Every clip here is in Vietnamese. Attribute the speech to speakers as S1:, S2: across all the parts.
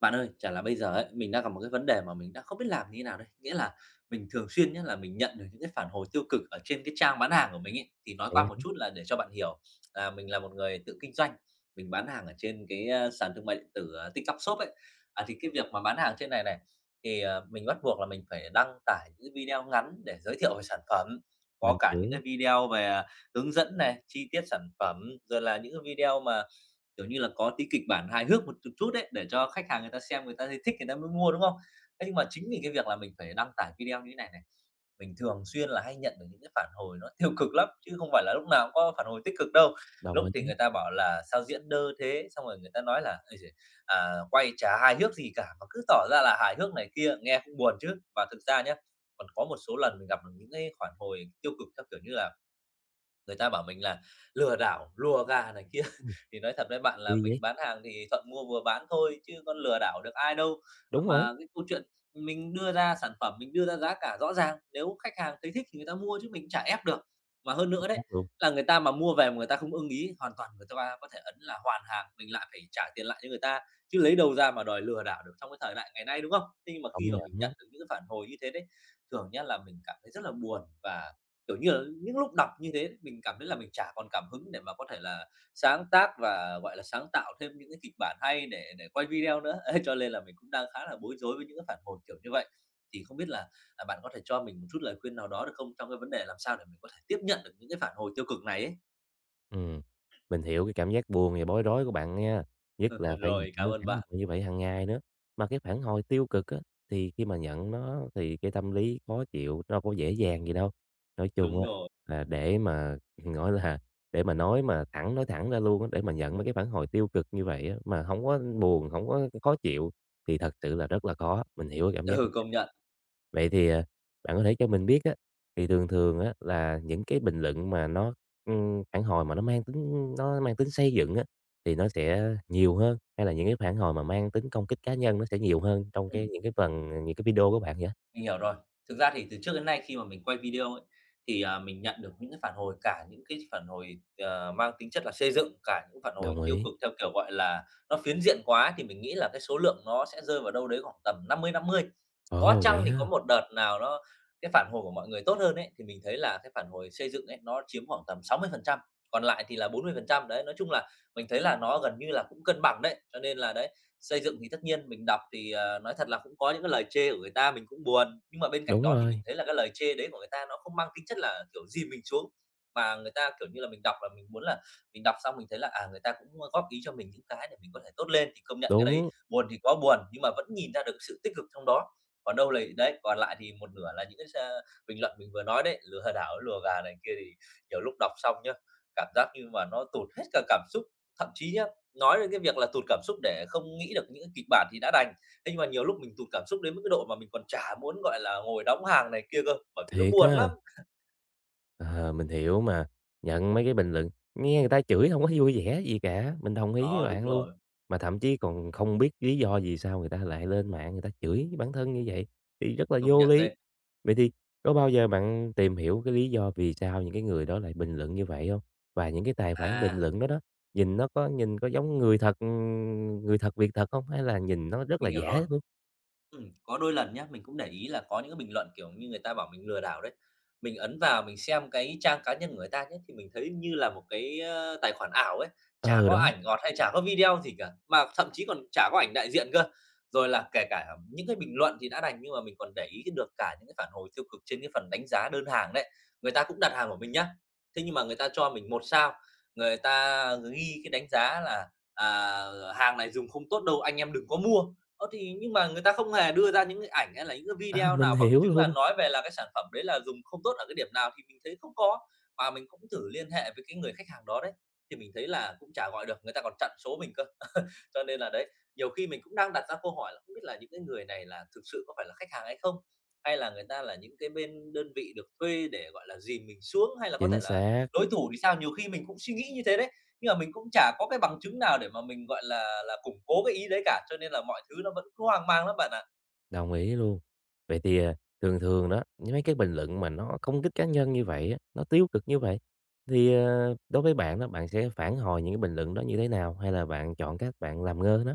S1: Bạn ơi, chả là bây giờ ấy, mình đang gặp một cái vấn đề mà mình đang không biết làm như thế nào đây. Nghĩa là mình thường xuyên nhá, là mình nhận được những cái phản hồi tiêu cực ở trên cái trang bán hàng của mình ấy. Thì nói
S2: Vậy
S1: qua một
S2: hả?
S1: chút là để cho bạn hiểu là mình là một người tự kinh doanh, mình bán hàng ở trên cái, sàn thương mại điện tử, TikTok Shop ấy. Thì cái việc mà bán hàng trên này này, thì, mình bắt buộc là mình phải đăng tải những cái video ngắn để giới thiệu về sản phẩm,
S2: Mình
S1: có cả những
S2: hiểu,
S1: cái video về, hướng dẫn này, chi tiết sản phẩm, rồi là những cái video mà kiểu như là, có tí kịch bản hài hước một chút chút đấy, để cho khách hàng người ta xem, người ta thấy thích người ta mới mua, đúng không? Thế nhưng mà chính vì cái việc là mình phải đăng tải video như thế này này, mình thường xuyên là hay nhận được những cái phản hồi nó tiêu cực lắm, chứ không phải là lúc nào cũng có phản hồi tích cực đâu.
S2: đồng
S1: Lúc thì
S2: ý,
S1: người ta bảo là "Sao diễn đơ thế?" Xong rồi người ta nói là "Ôi giời, quay chả hài hước gì cả mà cứ tỏ ra là hài hước này kia", nghe cũng buồn chứ. Và thực ra nhá, còn có một số lần mình gặp được những cái phản hồi tiêu cực theo kiểu như là người ta bảo mình là lừa đảo, lùa gà này kia,
S2: ừm,
S1: thì nói thật với bạn
S2: kỳ
S1: là
S2: vậy?
S1: mình bán hàng thì thuận mua vừa bán thôi chứ con lừa đảo được ai đâu.
S2: Đúng rồi,
S1: Mà cái câu chuyện mình đưa ra sản phẩm, mình đưa ra giá cả rõ ràng, nếu khách hàng thấy thích thì người ta mua chứ mình chả ép được. Mà hơn
S2: chính
S1: nữa
S2: xác
S1: đấy,
S2: luôn,
S1: là người ta mà mua về mà người ta không ưng ý, hoàn toàn người ta có thể ấn là hoàn hàng, mình lại phải trả tiền lại cho người ta, chứ lấy đâu ra mà đòi lừa đảo được trong cái thời đại ngày nay, đúng không? Thế nhưng mà
S2: công
S1: khi mà mình
S2: nhận,
S1: nhận được những cái phản hồi như thế đấy, thường nhá là mình cảm thấy rất là buồn và kiểu như là, những lúc đọc như thế mình cảm thấy là mình chả còn cảm hứng để mà có thể là sáng tác và, gọi là, sáng tạo thêm những cái kịch bản hay để quay video nữa, cho nên là mình cũng đang khá là bối rối với những cái phản hồi kiểu như vậy. Thì không biết là bạn có thể cho mình một chút lời khuyên nào đó được không, trong cái vấn đề làm sao để mình có thể tiếp nhận được những cái phản hồi tiêu cực này ấy?
S2: ừm, mình hiểu cái cảm giác buồn và bối rối của bạn nha, nhất là phải
S1: Rồi,
S2: nhận
S1: cảm
S2: cái
S1: ơn
S2: phản hồi
S1: bạn.
S2: như vậy hàng ngày nữa. Mà cái phản hồi tiêu cực á, thì khi mà nhận nó thì cái tâm lý khó chịu đâu có dễ dàng gì đâu. Nói chung
S1: Đúng
S2: á,
S1: rồi.
S2: là để mà, gọi là, để mà nói thẳng ra luôn á, để mà nhận mấy cái phản hồi tiêu cực như vậy á, mà hổng có buồn, hổng có khó chịu thì thật sự là rất là khó, mình hiểu cái cảm giác.
S1: Ừ, công nhận.
S2: Vậy thì, bạn có thể cho mình biết á, thì thường thường á là những cái bình luận mà nó, phản hồi mà nó mang tính xây dựng á, thì nó sẽ nhiều hơn, hay là những cái phản hồi mà mang tính công kích cá nhân nó sẽ nhiều hơn trong
S1: Ừ.
S2: những cái phần những cái video của bạn vậy?
S1: Mình hiểu rồi. Thực ra thì từ trước đến nay khi mà mình quay video ấy, thì, mình nhận được những cái phản hồi cả những cái phản hồi, mang tính chất là xây dựng, cả những phản hồi
S2: Đồng
S1: tiêu
S2: ý.
S1: cực theo kiểu, gọi là, nó phiến diện quá thì mình nghĩ là cái số lượng nó sẽ rơi vào đâu đấy khoảng tầm 50-50. Có
S2: Ồ, vậy
S1: chăng thì có
S2: ha?
S1: một đợt nào nó cái phản hồi của mọi người tốt hơn ấy, thì mình thấy là cái phản hồi xây dựng ấy nó chiếm khoảng tầm 60%, còn lại thì là 40%. Đấy, nói chung là mình thấy là nó gần như là cũng cân bằng đấy, cho nên là đấy, xây dựng thì tất nhiên mình đọc thì, nói thật là cũng có những cái lời chê của người ta mình cũng buồn, nhưng mà bên cạnh
S2: Đúng
S1: đó thì mình
S2: rồi,
S1: thấy là cái lời chê đấy của người ta nó không mang tính chất là, kiểu, dìm mình xuống, mà người ta, kiểu như là, mình đọc là mình muốn là mình đọc xong mình thấy là, người ta cũng góp ý cho mình những cái để mình có thể tốt lên thì công nhận cái đấy
S2: đúng,
S1: buồn thì có buồn, nhưng mà vẫn nhìn ra được sự tích cực trong đó. Còn đâu lầy đấy, còn lại thì một nửa là những cái sa bình luận mình vừa nói đấy, lừa đảo, lùa gà này kia thì nhiều lúc đọc xong nhá, cảm giác như mà nó tụt hết cả cảm xúc. Thậm chí nhá, nói đến cái việc là tụt cảm xúc để không nghĩ được những kịch bản thì đã đành, thế nhưng mà nhiều lúc mình tụt cảm xúc đến mức cái độ mà mình còn chả muốn, gọi là, ngồi đóng hàng này kia cơ, bởi vì nó
S2: thiệt
S1: buồn
S2: ha.
S1: lắm.
S2: Ờ, mình hiểu mà, nhận mấy cái bình luận, nghe người ta chửi không có vui vẻ gì cả, mình đồng ý với
S1: Đó, đúng
S2: bạn luôn.
S1: rồi,
S2: Mà thậm chí còn không biết lý do gì sao người ta lại lên mạng người ta chửi bản thân như vậy, thì rất là
S1: công
S2: vô
S1: nhận
S2: lý.
S1: đấy.
S2: Vậy thì có bao giờ bạn tìm hiểu cái lý do vì sao những cái người đó lại bình luận như vậy không? Và những cái tài khoản bình
S1: À,
S2: luận đó đó, nhìn có giống người thật việc thật không? Hay là nhìn nó rất là
S1: mình hiểu rồi.
S2: giả luôn?
S1: Có đôi lần nhá, mình cũng để ý là có những cái bình luận, kiểu như, người ta bảo mình lừa đảo đấy. Mình ấn vào mình xem cái trang cá nhân của người ta nhé thì mình thấy như là một cái, tài khoản ảo ấy, chả
S2: Ờ,
S1: có
S2: đó,
S1: ảnh ngọt hay chả có video gì cả, mà thậm chí còn chả có ảnh đại diện cơ. Rồi là kể cả những cái bình luận thì đã đành, nhưng mà mình còn để ý được cả những cái phản hồi tiêu cực trên cái phần đánh giá đơn hàng đấy. Người ta cũng đặt hàng của mình nhá, thế nhưng mà người ta cho mình 1 sao, người ta ghi cái đánh giá là "À, hàng này dùng không tốt đâu, anh em đừng có mua." Ơ, thì nhưng mà người ta không hề đưa ra những cái ảnh hay là những cái
S2: a,
S1: video
S2: mình
S1: nào bằng
S2: hiểu
S1: chứng là
S2: luôn,
S1: nói về là cái sản phẩm đấy là dùng không tốt ở cái điểm nào thì mình thấy không có. Mà mình cũng thử liên hệ với cái người khách hàng đó đấy, thì mình thấy là cũng chả gọi được, người ta còn chặn số mình cơ. Cho nên là đấy, nhiều khi mình cũng đang đặt ra câu hỏi là không biết là những cái người này là thực sự có phải là khách hàng hay không? Hay là người ta là những cái bên đơn vị được thuê để, gọi là, dìm mình xuống hay là có thể
S2: chính
S1: là
S2: xác.
S1: đối thủ thì sao? Nhiều khi mình cũng suy nghĩ như thế đấy. Nhưng mà mình cũng chả có cái bằng chứng nào để mà mình, gọi là, củng cố cái ý đấy cả, cho nên là mọi thứ nó vẫn cứ hoang mang lắm bạn ạ.
S2: Đồng ý luôn. Vậy thì, thường thường đó, những mấy cái bình luận mà nó công kích cá nhân như vậy á, nó tiêu cực như vậy, thì, đối với bạn đó, bạn sẽ phản hồi những cái bình luận đó như thế nào? Hay là bạn chọn cách bạn làm ngơ nó?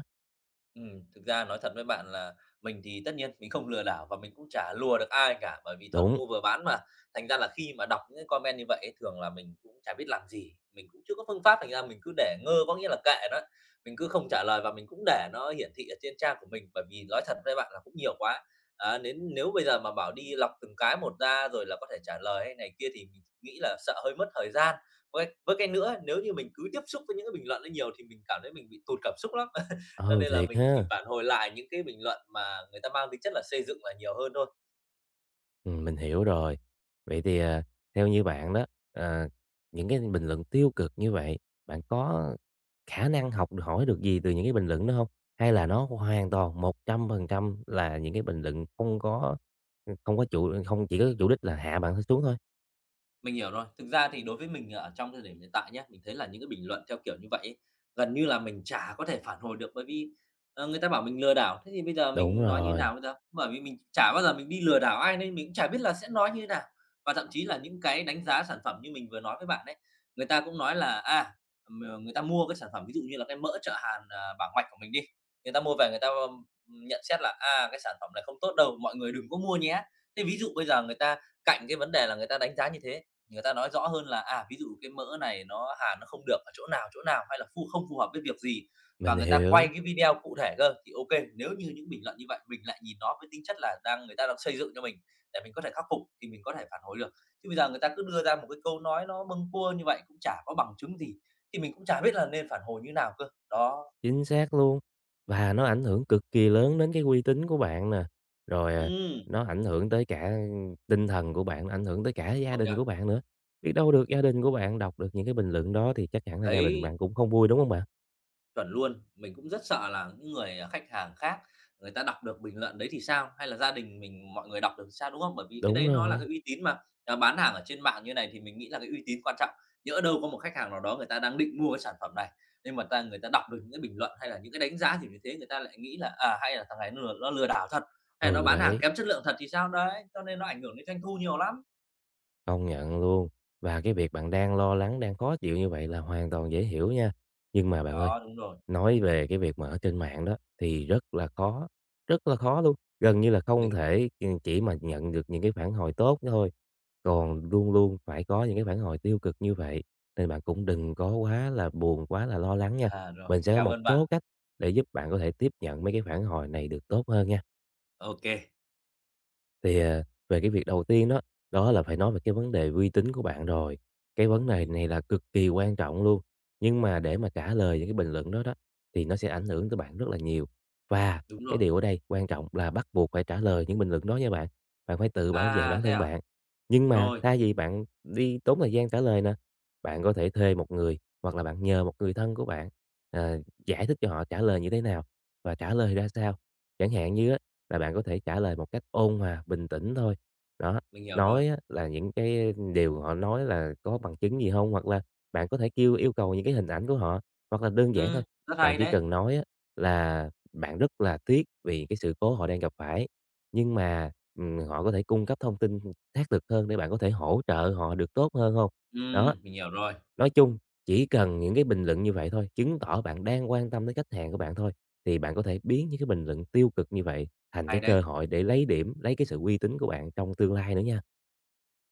S1: Thực ra nói thật với bạn là mình thì tất nhiên mình không lừa đảo và mình cũng chả lùa được ai cả, bởi vì thuận
S2: Đúng,
S1: mua vừa bán mà. Thành ra là khi mà đọc những cái comment như vậy ấy, thường là mình cũng chả biết làm gì, mình cũng chưa có phương pháp, thành ra mình cứ để ngơ, có nghĩa là kệ nó, mình cứ không trả lời và mình cũng để nó hiển thị ở trên trang của mình. Bởi vì nói thật với bạn là cũng nhiều quá, đến nếu bây giờ mà bảo đi lọc từng cái một ra rồi là có thể trả lời hay này kia thì mình nghĩ là sợ hơi mất thời gian. Với cái nữa, nếu như mình cứ tiếp xúc với những cái bình luận đấy nhiều thì mình cảm thấy mình bị tụt cảm xúc lắm. Cho
S2: ừ,
S1: nên là
S2: thiệt
S1: mình chỉ
S2: ha!
S1: phản hồi lại những cái bình luận mà người ta mang tính chất là xây dựng là nhiều hơn thôi.
S2: Mình hiểu rồi. Vậy thì, theo như bạn đó, ờ, những cái bình luận tiêu cực như vậy, bạn có khả năng học được hỏi được gì từ những cái bình luận đó không? Hay là nó hoàn toàn 100% là những cái bình luận không có chủ không chỉ có chủ đích là hạ bạn xuống thôi?
S1: Mình hiểu rồi. Thực ra thì đối với mình ở trong thời điểm hiện tại nhé, mình thấy là những cái bình luận theo kiểu như vậy ấy, gần như là mình chả có thể phản hồi được, bởi vì, người ta bảo mình lừa đảo, thế thì bây giờ
S2: Đúng
S1: mình nói như
S2: rồi,
S1: nào bây giờ? Bởi vì mình chả bao giờ mình đi lừa đảo ai nên mình cũng chả biết là sẽ nói như thế nào. Và thậm chí là những cái đánh giá sản phẩm như mình vừa nói với bạn đấy, người ta cũng nói là, người ta mua cái sản phẩm ví dụ như là cái mỡ Trợ Hàn, Bảo Mạch của mình đi, người ta mua về nhận xét là "À, cái sản phẩm này không tốt đâu, mọi người đừng có mua nhé." Thế ví dụ bây giờ người ta cạnh cái vấn đề là người ta đánh giá như thế, người ta nói rõ hơn là, ví dụ cái mỡ này nó hàn nó không được ở chỗ nào hay là không phù hợp với việc gì và
S2: mình
S1: người ta quay
S2: hiểu.
S1: cái video cụ thể cơ, thì ok, nếu như những bình luận như vậy mình lại nhìn nó với tính chất là người ta đang xây dựng cho mình để mình có thể khắc phục thì mình có thể phản hồi được. Chứ bây giờ người ta cứ đưa ra một cái câu nói nó bâng cua như vậy cũng chả có bằng chứng gì, thì mình cũng chả biết là nên phản hồi như nào cơ. Đó.
S2: Chính xác luôn. Và nó ảnh hưởng cực kỳ lớn đến cái uy tín của bạn nè, rồi,
S1: Ừm,
S2: nó ảnh hưởng tới cả tinh thần của bạn, ảnh hưởng tới cả gia
S1: công
S2: đình
S1: nhận,
S2: của bạn nữa. Biết đâu được gia đình của bạn đọc được những cái bình luận đó thì chắc chắn là gia đình
S1: đấy.
S2: bạn cũng không vui, đúng không bạn?
S1: Chuẩn luôn, mình cũng rất sợ là những người, khách hàng khác người ta đọc được bình luận đấy thì sao? Hay là gia đình mình mọi người đọc được thì sao, đúng không? Bởi vì cái
S2: Đúng
S1: đấy nó là
S2: rồi,
S1: cái uy tín mà, bán hàng ở trên mạng như này thì mình nghĩ là cái uy tín quan trọng. Nhỡ đâu có một khách hàng nào đó người ta đang định mua cái sản phẩm này, nhưng mà ta người ta đọc được những cái bình luận hay là những cái đánh giá kiểu như thế, người ta lại nghĩ là, hay là thằng này nó lừa đảo thật, hay là nó
S2: ừ,
S1: bán hàng
S2: đấy,
S1: kém chất lượng thật thì sao? Đấy, cho nên nó ảnh hưởng đến doanh thu nhiều lắm.
S2: công nhận luôn. Và cái việc bạn đang lo lắng, đang khó chịu như vậy là hoàn toàn dễ hiểu nha. Nhưng mà bạn ơi,
S1: Đó, đúng rồi,
S2: nói về cái việc mà ở trên mạng đó thì rất là khó luôn, gần như là không
S1: mình
S2: thể, ừ, chỉ mà nhận được những cái phản hồi tốt thôi, còn luôn luôn phải có những cái phản hồi tiêu cực như vậy, nên bạn cũng đừng có quá là buồn, quá là lo lắng nha.
S1: à, rồi,
S2: Mình sẽ có
S1: cảm
S2: một
S1: ơn bạn.
S2: số cách để giúp bạn có thể tiếp nhận mấy cái phản hồi này được tốt hơn nha.
S1: Ok.
S2: Thì, về cái việc đầu tiên đó, đó là phải nói về cái vấn đề uy tín của bạn rồi. Cái vấn đề
S1: mình
S2: này là cực kỳ quan trọng luôn, nhưng mà để mà trả lời những cái bình luận đó đó, thì nó sẽ ảnh hưởng tới bạn rất là nhiều. Và
S1: Đúng
S2: cái
S1: rồi.
S2: điều ở đây quan trọng là bắt buộc phải trả lời những bình luận đó nha bạn, bạn phải tự bảo vệ
S1: À,
S2: bản
S1: thế
S2: thân
S1: à?
S2: bạn. Nhưng mà
S1: Rồi,
S2: thay vì bạn đi tốn thời gian trả lời nè, bạn có thể thuê một người hoặc là bạn nhờ một người thân của bạn, ờ, giải thích cho họ trả lời như thế nào và trả lời ra sao. Chẳng hạn như á là bạn có thể trả lời một cách ôn hòa, bình tĩnh thôi. Đó,
S1: mình hiểu rồi.
S2: nói á là những cái điều họ nói là có bằng chứng gì không? Hoặc là bạn có thể yêu cầu những cái hình ảnh của họ, hoặc là đơn giản thôi,
S1: Rất
S2: bạn
S1: hay
S2: chỉ
S1: đấy.
S2: cần nói á là bạn rất là tiếc vì cái sự cố họ đang gặp phải, nhưng mà, họ có thể cung cấp thông tin xác thực hơn để bạn có thể hỗ trợ họ được tốt hơn không? Đó,
S1: Mình hiểu rồi,
S2: nói chung, chỉ cần những cái bình luận như vậy thôi, chứng tỏ bạn đang quan tâm tới khách hàng của bạn thôi, thì bạn có thể biến những cái bình luận tiêu cực như vậy thành cái
S1: hay
S2: cơ
S1: đấy.
S2: hội để lấy điểm, lấy cái sự uy tín của bạn trong tương lai nữa nha.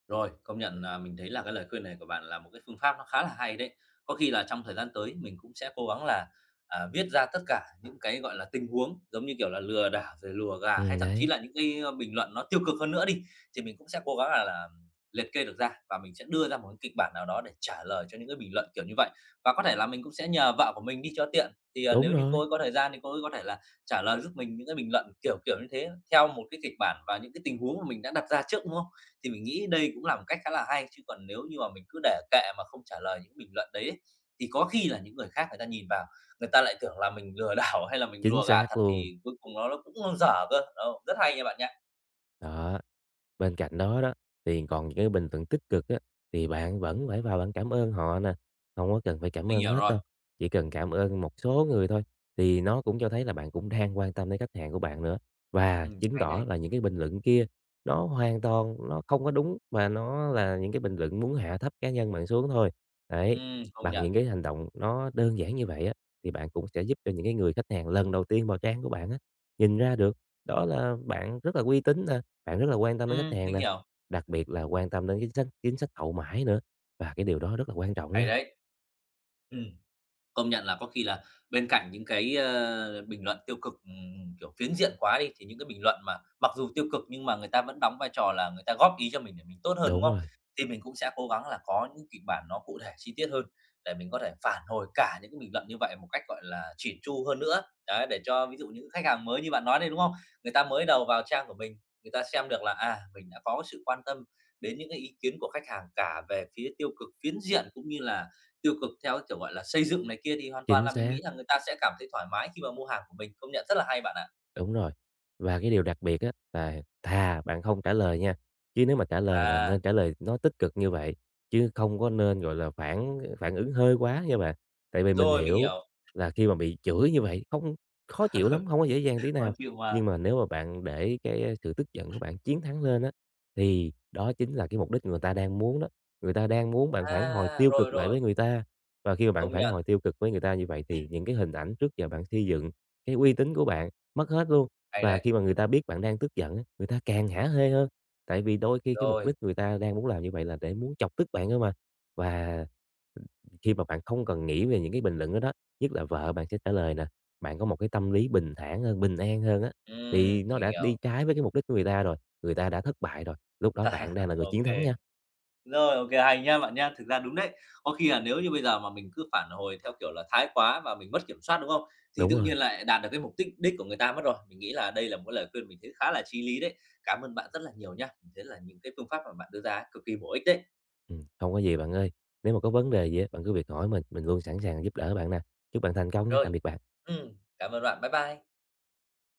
S1: Rồi, công nhận là mình thấy là cái lời khuyên này của bạn là một cái phương pháp nó khá là hay đấy. Có khi là trong thời gian tới mình cũng sẽ cố gắng là, viết ra tất cả những cái, gọi là, tình huống, giống như kiểu là, lừa đảo rồi lùa gà hay thậm chí
S2: Đấy,
S1: là những cái, bình luận nó tiêu cực hơn nữa đi, thì mình cũng sẽ cố gắng là liệt kê được ra và mình sẽ đưa ra một cái kịch bản nào đó để trả lời cho những cái bình luận kiểu như vậy. Và có thể là mình cũng sẽ nhờ vợ của mình đi cho tiện, thì,
S2: đúng
S1: nếu như cô
S2: rồi,
S1: ấy có thời gian thì cô ấy có thể là trả lời giúp mình những cái bình luận kiểu kiểu như thế, theo một cái kịch bản và những cái tình huống mà mình đã đặt ra trước, đúng không? Thì mình nghĩ đây cũng là một cách khá là hay, chứ còn nếu như mà mình cứ để kệ mà không trả lời những bình luận đấy ấy, thì có khi là những người khác người ta nhìn vào, người ta lại tưởng là mình lừa đảo hay là mình
S2: chính
S1: lùa gà
S2: xác
S1: thật
S2: luôn.
S1: thì cuối cùng nó cũng dở cơ. Đó, rất hay nha bạn nha.
S2: Đó. Bên cạnh đó đó, thì còn những cái bình luận tích cực á, thì bạn vẫn phải vào bạn cảm ơn họ nè, không có cần phải cảm
S1: Mình
S2: ơn
S1: hiểu
S2: hết
S1: rồi.
S2: đâu, chỉ cần cảm ơn một số người thôi, thì nó cũng cho thấy là bạn cũng đang quan tâm đến khách hàng của bạn nữa. Và chứng
S1: Hay
S2: tỏ
S1: đấy.
S2: là những cái bình luận kia nó hoàn toàn nó không có đúng và nó là những cái bình luận muốn hạ thấp cá nhân bạn xuống thôi. Đấy,
S1: Công
S2: bằng
S1: nhận.
S2: những cái hành động nó đơn giản như vậy á, thì bạn cũng sẽ giúp cho những cái người khách hàng lần đầu tiên vào trang của bạn á, nhìn ra được đó là bạn rất là uy tín nè, bạn rất là quan tâm đến khách hàng
S1: Mình
S2: nè,
S1: hiểu.
S2: đặc biệt là quan tâm đến chính sách hậu mãi nữa, và cái điều đó rất là quan trọng
S1: Hay
S2: nha.
S1: đấy. Ừm. Công nhận là có khi là bên cạnh những cái, bình luận tiêu cực, kiểu, phiến diện quá đi, thì những cái bình luận mà mặc dù tiêu cực nhưng mà người ta vẫn đóng vai trò là người ta góp ý cho mình để mình tốt hơn, đúng
S2: Đúng
S1: không?
S2: rồi,
S1: Thì mình cũng sẽ cố gắng là có những kịch bản nó cụ thể chi tiết hơn để mình có thể phản hồi cả những cái bình luận như vậy một cách, gọi là, chỉn chu hơn nữa. Đấy, để cho ví dụ những khách hàng mới như bạn nói đây, đúng không? Người ta mới đầu vào trang của mình, người ta xem được là, mình đã có sự quan tâm đến những cái ý kiến của khách hàng cả về phía tiêu cực, phiến diện cũng như là tiêu cực theo, kiểu, gọi là, xây dựng này kia thì hoàn toàn
S2: chính
S1: là mình
S2: xác.
S1: nghĩ là người ta sẽ cảm thấy thoải mái khi mà mua hàng của mình, công nhận rất là hay bạn ạ.
S2: Đúng rồi. Và cái điều đặc biệt á là thà bạn không trả lời nha, chứ nếu mà trả lời là
S1: À,
S2: nên trả lời nó tích cực như vậy, chứ không có nên, gọi là, phản phản ứng hơi quá nha bạn. Tại vì mình
S1: rồi, mình
S2: hiểu
S1: hiểu,
S2: là khi mà bị chửi như vậy không khó chịu lắm, không có dễ dàng tí
S1: khó
S2: nào.
S1: chịu
S2: Nhưng
S1: mà.
S2: mà nếu mà bạn để cái sự tức giận của bạn chiến thắng lên á, thì đó chính là cái mục đích người ta đang muốn đó. Người ta đang muốn bạn phản hồi
S1: À,
S2: tiêu
S1: rồi,
S2: cực lại
S1: rồi,
S2: với người ta, và khi mà bạn
S1: công
S2: phản
S1: nhận,
S2: hồi tiêu cực với người ta như vậy thì những cái hình ảnh trước giờ bạn xây dựng, cái uy tín của bạn mất hết luôn.
S1: hay
S2: Và
S1: đấy.
S2: khi mà người ta biết bạn đang tức giận á, người ta càng hả hê hơn, tại vì đôi khi cái mục
S1: Rồi,
S2: đích người ta đang muốn làm như vậy là để muốn chọc tức bạn thôi mà. Và khi mà bạn không cần nghĩ về những cái bình luận đó đó, nhất là vợ bạn sẽ trả lời nè, bạn có một cái tâm lý bình thản hơn, bình an hơn á, thì nó
S1: mình
S2: đã đi
S1: hiểu.
S2: trái với cái mục đích của người ta rồi, người ta đã thất bại rồi, lúc đó bạn đang là người chiến thắng
S1: Ok.
S2: nha.
S1: Rồi, ok, hay nha bạn nha. Thực ra đúng đấy, có khi là nếu như bây giờ mà mình cứ phản hồi theo kiểu là thái quá và mình mất kiểm soát, đúng không? Thì
S2: Đúng
S1: tự
S2: rồi,
S1: nhiên lại đạt được cái mục đích đích của người ta mất rồi. Mình nghĩ là đây là một cái lời khuyên mình thấy khá là chí lý đấy. Cảm ơn bạn rất là nhiều nha. Mình thấy là những cái phương pháp mà bạn đưa ra cực kỳ bổ ích đấy.
S2: không có gì bạn ơi. Nếu mà có vấn đề gì á, bạn cứ việc hỏi mình luôn sẵn sàng giúp đỡ bạn nè. Chúc bạn thành công nha, tạm
S1: Rồi,
S2: biệt bạn.
S1: cảm ơn bạn. Bye bye.